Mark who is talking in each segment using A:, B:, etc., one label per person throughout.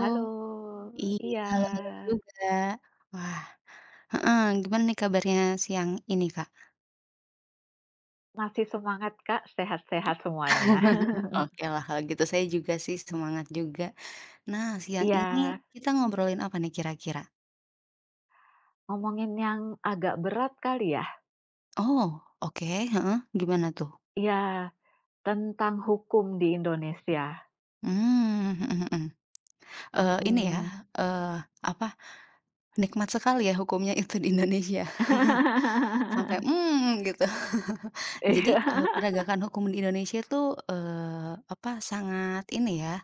A: Halo,
B: iya,
A: iya.
B: halo halo juga. Wah, heeh, gimana nih kabarnya siang ini, Kak?
A: Masih semangat, Kak, sehat-sehat semuanya.
B: Oke lah kalau gitu, saya juga sih semangat juga. Nah, siang ini
A: Iya,
B: kita ngobrolin apa nih kira-kira?
A: ngomongin yang agak berat kali ya?
B: Oh, oke, heeh, gimana tuh?
A: Iya, tentang hukum di Indonesia.
B: Hmm. Mhm mhm. Ini ya,
A: Mhm.
B: eee, apa, nikmat sekali ya hukumnya itu di Indonesia. Sampai, gitu. Jadi,
A: Iya.
B: penegakan hukum di Indonesia itu, apa, sangat ini ya.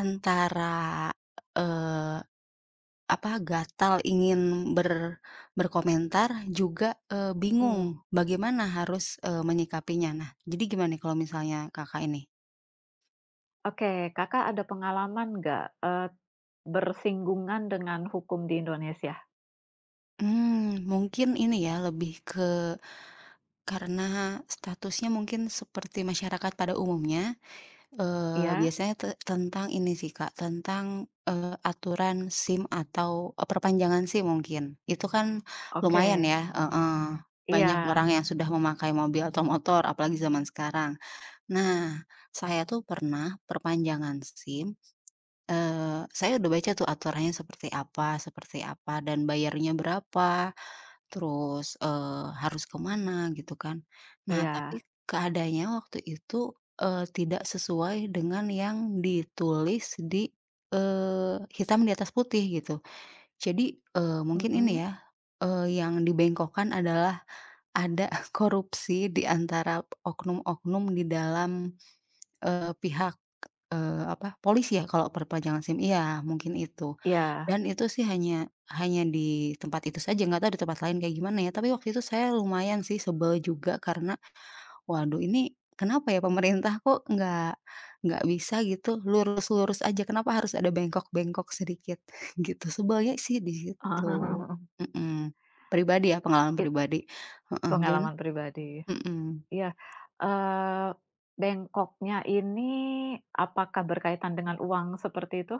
B: Antara, eee, apa, gatal ingin ber berkomentar juga, bingung
A: Mhm.
B: bagaimana harus, menyikapinya. Nah, jadi gimana nih kalau misalnya Kakak ini?
A: Oke, Kakak ada pengalaman nggak, bersinggungan dengan hukum di Indonesia?
B: Mungkin ini ya, lebih ke karena statusnya mungkin seperti masyarakat pada umumnya.
A: Iya?
B: Biasanya tentang ini sih, Kak, tentang, aturan SIM atau, perpanjangan SIM mungkin. Itu kan lumayan
A: Oke.
B: ya, heeh, banyak
A: Iya,
B: orang yang sudah memakai mobil atau motor apalagi zaman sekarang. Nah, saya tuh pernah perpanjangan SIM. Saya udah baca tuh aturannya seperti apa dan bayarnya berapa, terus, harus ke mana gitu kan. Nah tapi
A: iya.
B: keadaannya waktu itu, tidak sesuai dengan yang ditulis di, hitam di atas putih gitu. Jadi, mungkin
A: Mhm.
B: ini ya, yang dibengkokkan adalah ada korupsi di antara oknum-oknum di dalam, pihak. Apa, polisi ya kalau perpanjangan SIM, iya mungkin itu.
A: Iya.
B: Dan itu sih hanya hanya di tempat itu saja, nggak tahu di tempat lain kayak gimana ya, tapi waktu itu saya lumayan sih sebel juga karena, waduh, ini kenapa ya pemerintah kok nggak bisa gitu lurus-lurus aja, kenapa harus ada bengkok-bengkok sedikit gitu, sebelnya sih di situ. Mhm. Pribadi ya, pengalaman
A: It
B: pribadi. Heeh, gimana?
A: pengalaman pribadi.
B: Mhm.
A: Iya, eee, bengkoknya ini apakah berkaitan dengan uang seperti itu?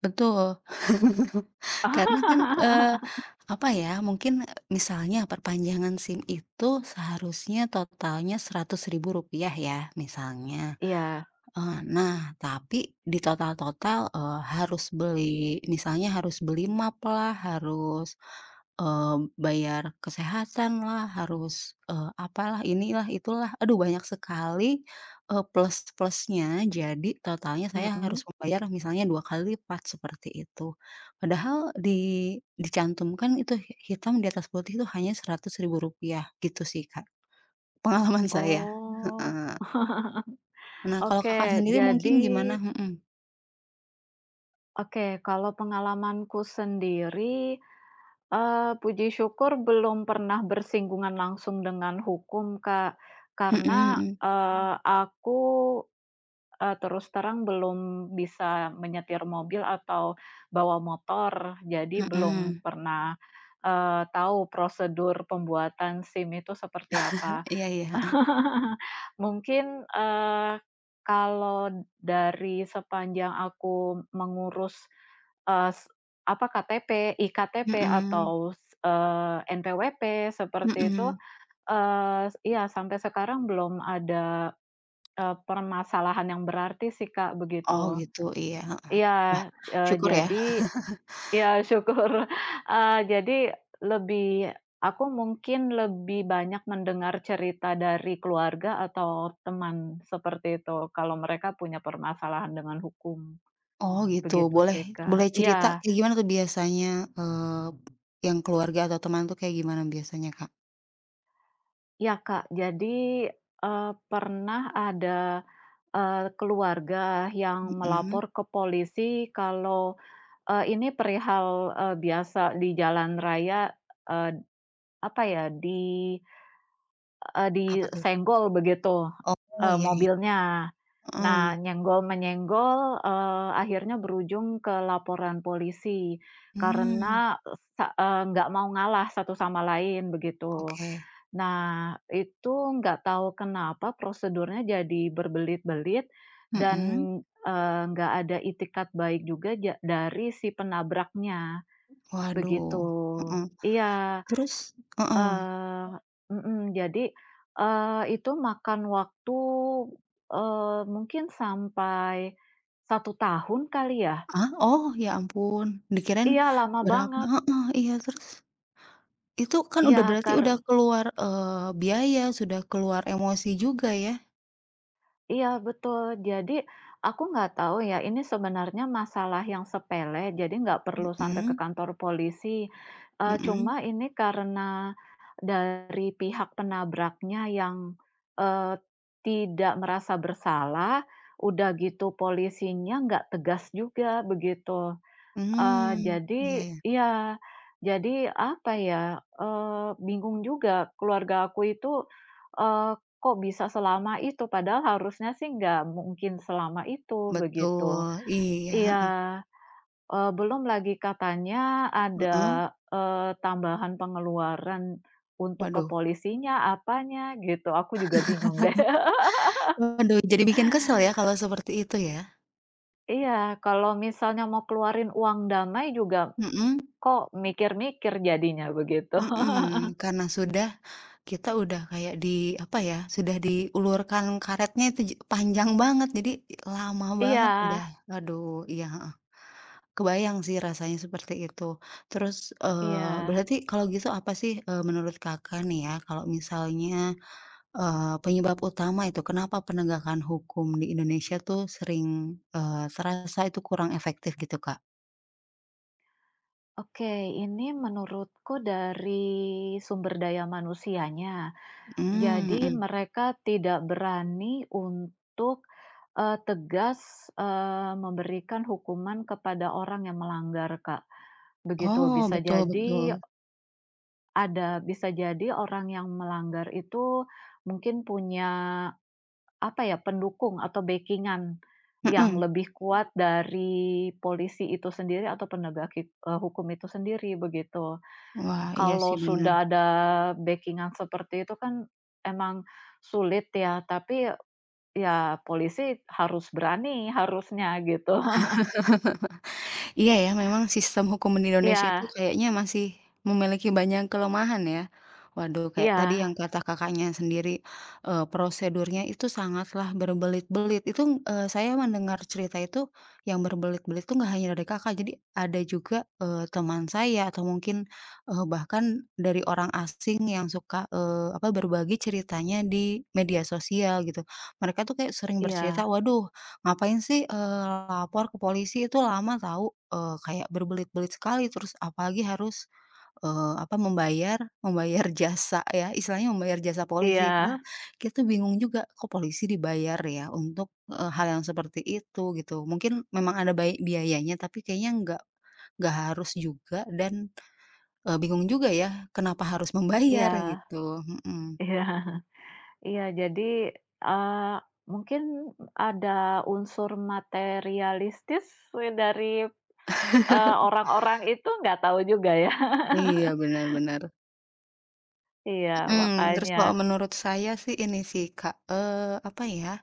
B: Betul. Karena kan, apa ya, mungkin misalnya perpanjangan SIM itu seharusnya totalnya seratus ribu rupiah ya, misalnya.
A: Iya,
B: Nah, tapi di total-total, harus beli misalnya harus beli map lah, harus, eee, bayar kesehatan lah, harus, apalah, inilah, itulah, aduh banyak sekali, plus-plusnya, jadi totalnya saya harus
A: mhm.
B: membayar misalnya 2 kali lipat, seperti itu. Padahal di dicantumkan itu hitam di atas putih itu hanya seratus ribu rupiah gitu sih, Kak, pengalaman saya,
A: Oh,
B: heeh. Nah, kalau Kakak
A: oke.
B: sendiri mungkin
A: Jadi
B: gimana? Mhm.
A: oke, kalau pengalamanku sendiri, puji syukur belum pernah bersinggungan langsung dengan hukum, Kak. Karena,
B: Mhm
A: terus terang belum bisa menyetir mobil atau bawa motor, jadi
B: mhm
A: belum
B: mhm.
A: pernah, tahu prosedur pembuatan SIM itu seperti apa.
B: Iya iya, heeh.
A: Mungkin, kalau dari sepanjang aku mengurus, eee, s apa, KTP, iktp
B: Mhm
A: atau s eee, NPWP seperti itu,
B: mhm.
A: iya, sampai sekarang belum ada permasalahan yang berarti sih, Kak,
B: Oh
A: begitu.
B: gitu, iya, heeh heeh. Wah,
A: Iya,
B: syukur ya.
A: jadi ya syukur, jadi lebih aku mungkin lebih banyak mendengar cerita dari keluarga atau teman seperti itu, kalau mereka punya permasalahan dengan hukum,
B: Oh gitu,
A: begitu
B: boleh
A: sih,
B: boleh
A: Kak.
B: cerita
A: Iya
B: kayak gimana tuh biasanya, eee, yang keluarga atau teman tuh kayak gimana biasanya, Kak?
A: ya Kak, jadi, pernah ada, keluarga yang
B: Mhm,
A: melapor ke polisi kalau ini perihal, biasa di jalan raya, eee, apa ya, di eee,
B: apa tuh?
A: disenggol begitu,
B: Oh, iya iya,
A: mobilnya. Nah,
B: heeh.
A: nyenggol-menyenggol, akhirnya berujung ke laporan polisi
B: Mmm,
A: karena nggak mau ngalah satu sama lain begitu.
B: oke.
A: Nah, itu nggak tahu kenapa prosedurnya jadi berbelit-belit dan,
B: Mhm.
A: nggak ada itikat baik juga dari si penabraknya. Begitu.
B: Waduh, heeh.
A: Iya,
B: Terus, heeh.
A: Oh. Jadi, itu makan waktu, mungkin sampai satu tahun kali ya?
B: Ah? Oh, ya ampun, dikirain
A: Iya, lama
B: berapa,
A: banget.
B: heeh, iya, terus? Itu kan udah
A: Iya,
B: berarti
A: kar
B: udah keluar, biaya, sudah keluar emosi juga ya?
A: iya betul. Jadi aku nggak tahu ya, ini sebenarnya masalah yang sepele, jadi nggak perlu sampai ke
B: Mhm
A: kantor polisi.
B: mhm,
A: Cuma ini karena dari pihak penabraknya yang, eee, tidak merasa bersalah, udah gitu polisinya nggak tegas juga, begitu.
B: mmm,
A: Jadi
B: iya ya,
A: ya, jadi apa ya, bingung juga keluarga aku itu, eee, kok bisa selama itu padahal harusnya sih nggak mungkin selama itu, begitu.
B: betul, iya,
A: Iya,
B: heeh
A: belum lagi katanya
B: heeh,
A: ada, tambahan pengeluaran untuk
B: waduh
A: kepolisinya, apanya gitu, aku juga bingung deh.
B: waduh, jadi bikin kesel ya kalau seperti itu ya?
A: Iya, kalau misalnya mau keluarin uang damai juga
B: Mhm
A: kok mikir-mikir jadinya, begitu.
B: mhm, karena sudah kita udah kayak di apa ya, sudah diulurkan karetnya itu panjang banget jadi lama
A: Iya.
B: banget udah, aduh, iya, heeh. Kebayang sih rasanya seperti itu. Terus,
A: Iya,
B: berarti kalau gitu apa sih, menurut Kakak nih ya, kalau misalnya, penyebab utama itu kenapa penegakan hukum di Indonesia tuh sering, terasa itu kurang efektif gitu, Kak?
A: oke. Ini menurutku dari sumber daya manusianya.
B: Mmm,
A: Jadi
B: mhm.
A: mereka tidak berani untuk eh, tegas eh, memberikan hukuman kepada orang yang melanggar, Kak. Begitu
B: Oh,
A: bisa
B: betul
A: jadi
B: betul.
A: bisa jadi orang yang melanggar itu mungkin punya apa ya, pendukung atau backingan yang
B: Mhm.
A: lebih kuat dari polisi itu sendiri atau penegak hukum itu sendiri, begitu.
B: Wah, iya sih
A: Kalau
B: benar.
A: sudah ada backingan seperti itu kan emang sulit ya, tapi ya polisi harus berani harusnya gitu.
B: Iya ya, memang sistem hukum di Indonesia itu
A: Iya,
B: kayaknya masih memiliki banyak kelemahan ya. Waduh, kayak tadi
A: iya,
B: yang kata Kakaknya sendiri, prosedurnya itu sangatlah berbelit-belit. Itu, saya mendengar cerita itu yang berbelit-belit itu nggak hanya dari Kakak, jadi ada juga, teman saya atau mungkin, bahkan dari orang asing yang suka, apa, berbagi ceritanya di media sosial gitu. Mereka tuh kayak sering bercerita,
A: iya,
B: waduh, ngapain sih, lapor ke polisi itu lama tahu, kayak berbelit-belit sekali, terus apalagi harus, apa, membayar membayar jasa ya, istilahnya membayar jasa polisi. Padahal
A: iya,
B: kita tuh bingung juga, kok polisi dibayar ya untuk, hal yang seperti itu gitu. Mungkin memang ada biayanya, tapi kayaknya nggak harus juga dan, bingung juga ya kenapa harus membayar
A: iya,
B: gitu, mhm.
A: iya. Iya. Jadi, eee, mungkin ada unsur materialistis dari orang-orang itu nggak tahu juga ya.
B: Iya, benar-benar.
A: Iya,
B: Terus
A: makanya.
B: kalau menurut saya sih ini sih Kak, apa ya,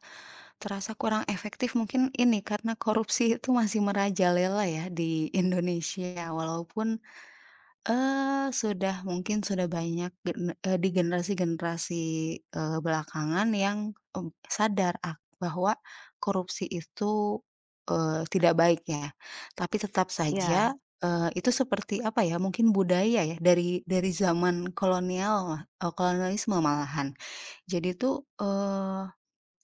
B: terasa kurang efektif mungkin ini, karena korupsi itu masih merajalela ya di Indonesia. Walaupun, sudah mungkin sudah banyak di generasi-generasi, belakangan yang, sadar bahwa korupsi itu, tidak baik ya. Tapi tetap saja,
A: Iya,
B: itu seperti apa ya, mungkin budaya ya dari zaman kolonial, kolonialisme malahan. Jadi itu.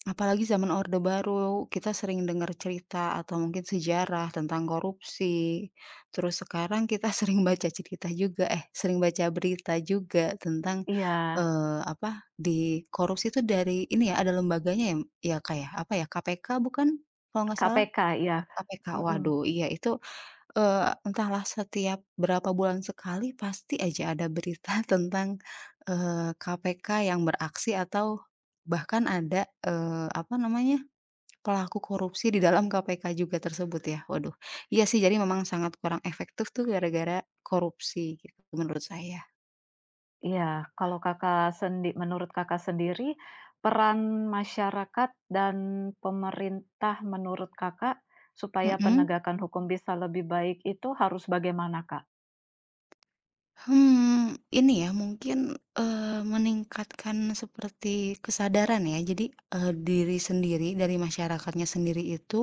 B: Apalagi zaman Orde Baru, kita sering dengar cerita atau mungkin sejarah tentang korupsi. Terus sekarang kita sering baca cerita juga, eh, sering baca berita juga tentang,
A: iya,
B: apa, di korupsi itu dari ini ya, ada lembaganya ya, ya, Kak, ya? Apa ya, KPK bukan? Kalau nggak salah.
A: KPK, iya.
B: KPK,
A: Mhm,
B: waduh, iya itu, entahlah setiap berapa bulan sekali pasti aja ada berita tentang, KPK yang beraksi atau bahkan ada, apa namanya, pelaku korupsi di dalam KPK juga tersebut ya, waduh. Iya sih jadi memang sangat kurang efektif tuh gara-gara korupsi gitu menurut saya,
A: iya. Kalau Kakak menurut Kakak sendiri, peran masyarakat dan pemerintah menurut Kakak, supaya
B: mhm.
A: penegakan hukum bisa lebih baik itu harus bagaimana, Kak?
B: Ini ya mungkin, meningkatkan seperti kesadaran ya. Jadi, diri sendiri dari masyarakatnya sendiri itu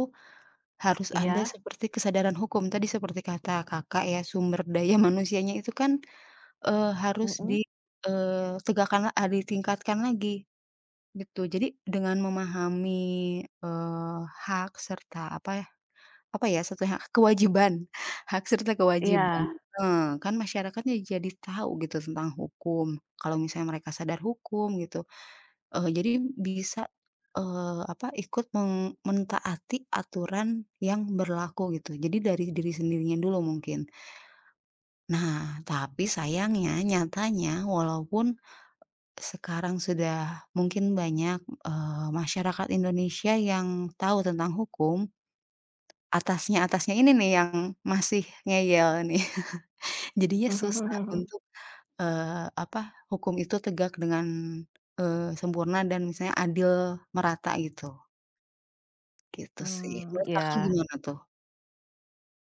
B: harus ada
A: Iya?
B: seperti kesadaran hukum. Tadi seperti kata Kakak ya, sumber daya manusianya itu kan, harus
A: Mhm?
B: ditegakkan, ditingkatkan lagi gitu. Jadi dengan memahami, eee, hak serta apa apa ya, hak kewajiban, hak serta kewajiban.
A: Iya.
B: Heeh, kan masyarakatnya jadi tahu gitu tentang hukum. Kalau misalnya mereka sadar hukum gitu, jadi bisa, apa, ikut mentaati aturan yang berlaku gitu. Jadi dari diri sendirinya dulu mungkin. Nah, tapi sayangnya, nyatanya walaupun sekarang sudah mungkin banyak, masyarakat Indonesia yang tahu tentang hukum, atasnya-atasnya ini nih yang masih ngeyel nih. Jadinya susah untuk, eee, apa, hukum itu tegak dengan, sempurna dan misalnya adil merata gitu, gitu sih.
A: Mmm,
B: Menurut
A: iya.
B: Kakak gimana tuh?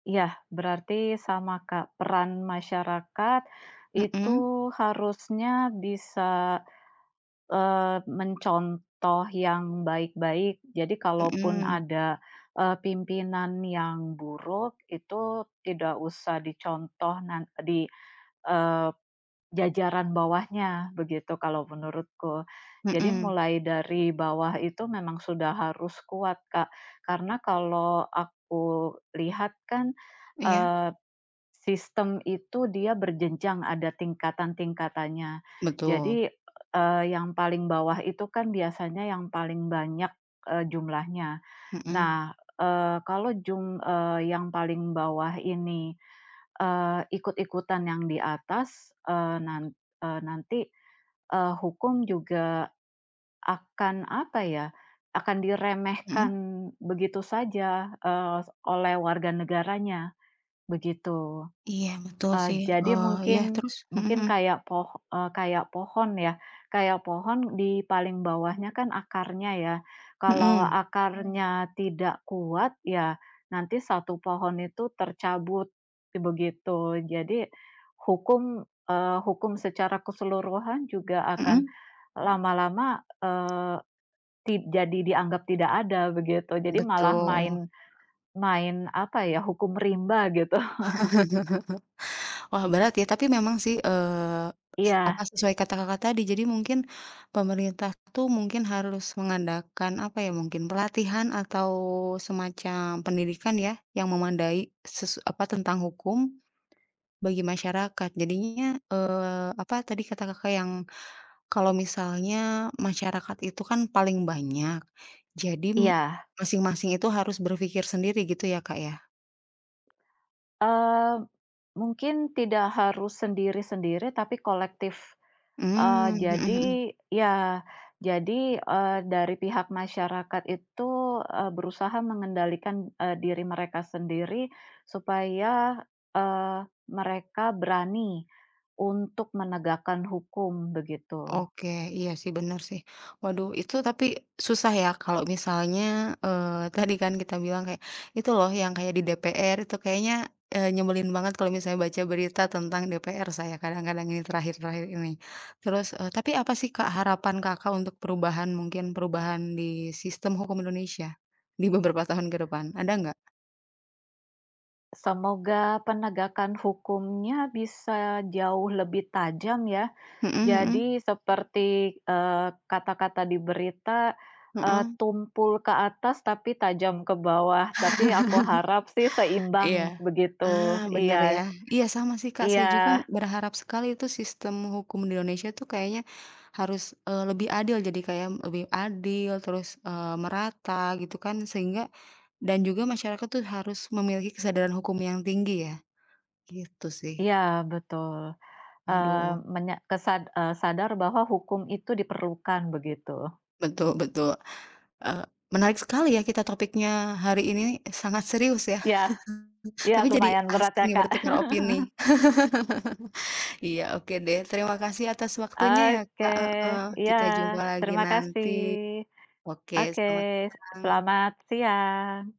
A: Iya, berarti sama, Kak, peran masyarakat
B: Mhm
A: itu harusnya bisa, mencontoh yang baik-baik. Jadi kalaupun
B: mhm
A: ada, pimpinan yang buruk, itu tidak usah dicontoh di, eee, jajaran bawahnya, begitu kalau menurutku. Jadi
B: mhm.
A: mulai dari bawah itu memang sudah harus kuat, Kak. Karena kalau aku lihat kan,
B: Iya,
A: sistem itu dia berjenjang, ada tingkatan-tingkatannya.
B: betul.
A: Jadi, yang paling bawah itu kan biasanya yang paling banyak, jumlahnya.
B: Mhm
A: Nah, eee, kalau jum eee, yang paling bawah ini, ikut-ikutan yang di atas, nanti, hukum juga akan, apa ya, akan diremehkan
B: mhm.
A: begitu saja, oleh warga negaranya, begitu.
B: Iya betul sih.
A: Jadi
B: Oh iya,
A: mungkin
B: terus? Mhm
A: mungkin kayak kayak pohon ya, kayak pohon di paling bawahnya kan akarnya ya. Kalau Mhm.
B: mhm
A: Akarnya tidak kuat, ya nanti satu pohon itu tercabut, begitu. Jadi hukum, hukum secara keseluruhan juga
B: mhm
A: akan
B: mhm,
A: lama-lama, eee, ti jadi dianggap tidak ada, begitu. Jadi malah
B: betul.
A: main main apa ya, hukum rimba gitu.
B: Wah berat ya, tapi memang sih, apa,
A: Iya,
B: sesuai kata Kakak tadi, jadi mungkin pemerintah tuh mungkin harus mengadakan, apa ya, mungkin pelatihan atau semacam pendidikan ya, yang memandai apa, tentang hukum bagi masyarakat. Jadinya, apa tadi kata Kakak yang kalau misalnya masyarakat itu kan paling banyak, jadi
A: iya,
B: masing-masing itu harus berpikir sendiri gitu ya, Kak, ya?
A: eee mungkin tidak harus sendiri-sendiri, tapi kolektif.
B: Mmm, mhm mhm.
A: Jadi ya, jadi, dari pihak masyarakat itu, berusaha mengendalikan, diri mereka sendiri supaya, eee, mereka berani untuk menegakkan hukum, begitu.
B: Oke, iya sih bener sih. Waduh, itu tapi susah ya kalau misalnya, tadi kan kita bilang kayak, itu loh yang kayak di DPR itu kayaknya, nyebelin banget kalau misalnya baca berita tentang DPR, saya kadang-kadang ini terakhir-terakhir ini. Terus, tapi apa sih Kak harapan Kakak untuk perubahan, mungkin perubahan di sistem hukum Indonesia, di beberapa tahun ke depan, ada nggak?
A: Semoga penegakan hukumnya bisa jauh lebih tajam ya.
B: Mhm
A: Jadi
B: mhm,
A: seperti, kata-kata di berita,
B: heeh.
A: tumpul ke atas tapi tajam ke bawah, tapi aku harap sih seimbang
B: Iya.
A: begitu.
B: Ah, bener
A: Iya,
B: ya. Iya sama sih, Kak, saya juga
A: iya,
B: berharap sekali itu sistem hukum di Indonesia tuh kayaknya harus, lebih adil, jadi kayak lebih adil, terus, merata gitu kan sehingga dan juga masyarakat tuh harus memiliki kesadaran hukum yang tinggi ya, gitu sih.
A: iya, betul. Eee,
B: Waduh,
A: menya kesad eee, Sadar bahwa hukum itu diperlukan begitu.
B: betul betul, eee, menarik sekali ya kita topiknya hari ini, sangat serius ya,
A: Ya, ya
B: tapi jadi
A: lumayan berat
B: asik
A: ya,
B: nih
A: Kak.
B: bertukar opini. Iya, oke deh. Terima kasih atas waktunya ya, Kak,
A: Oke,
B: heeh.
A: ya
B: Kita jumpa lagi
A: terima
B: nanti.
A: kasih.
B: Oke,
A: Oke,
B: selamat siang.
A: selamat siang.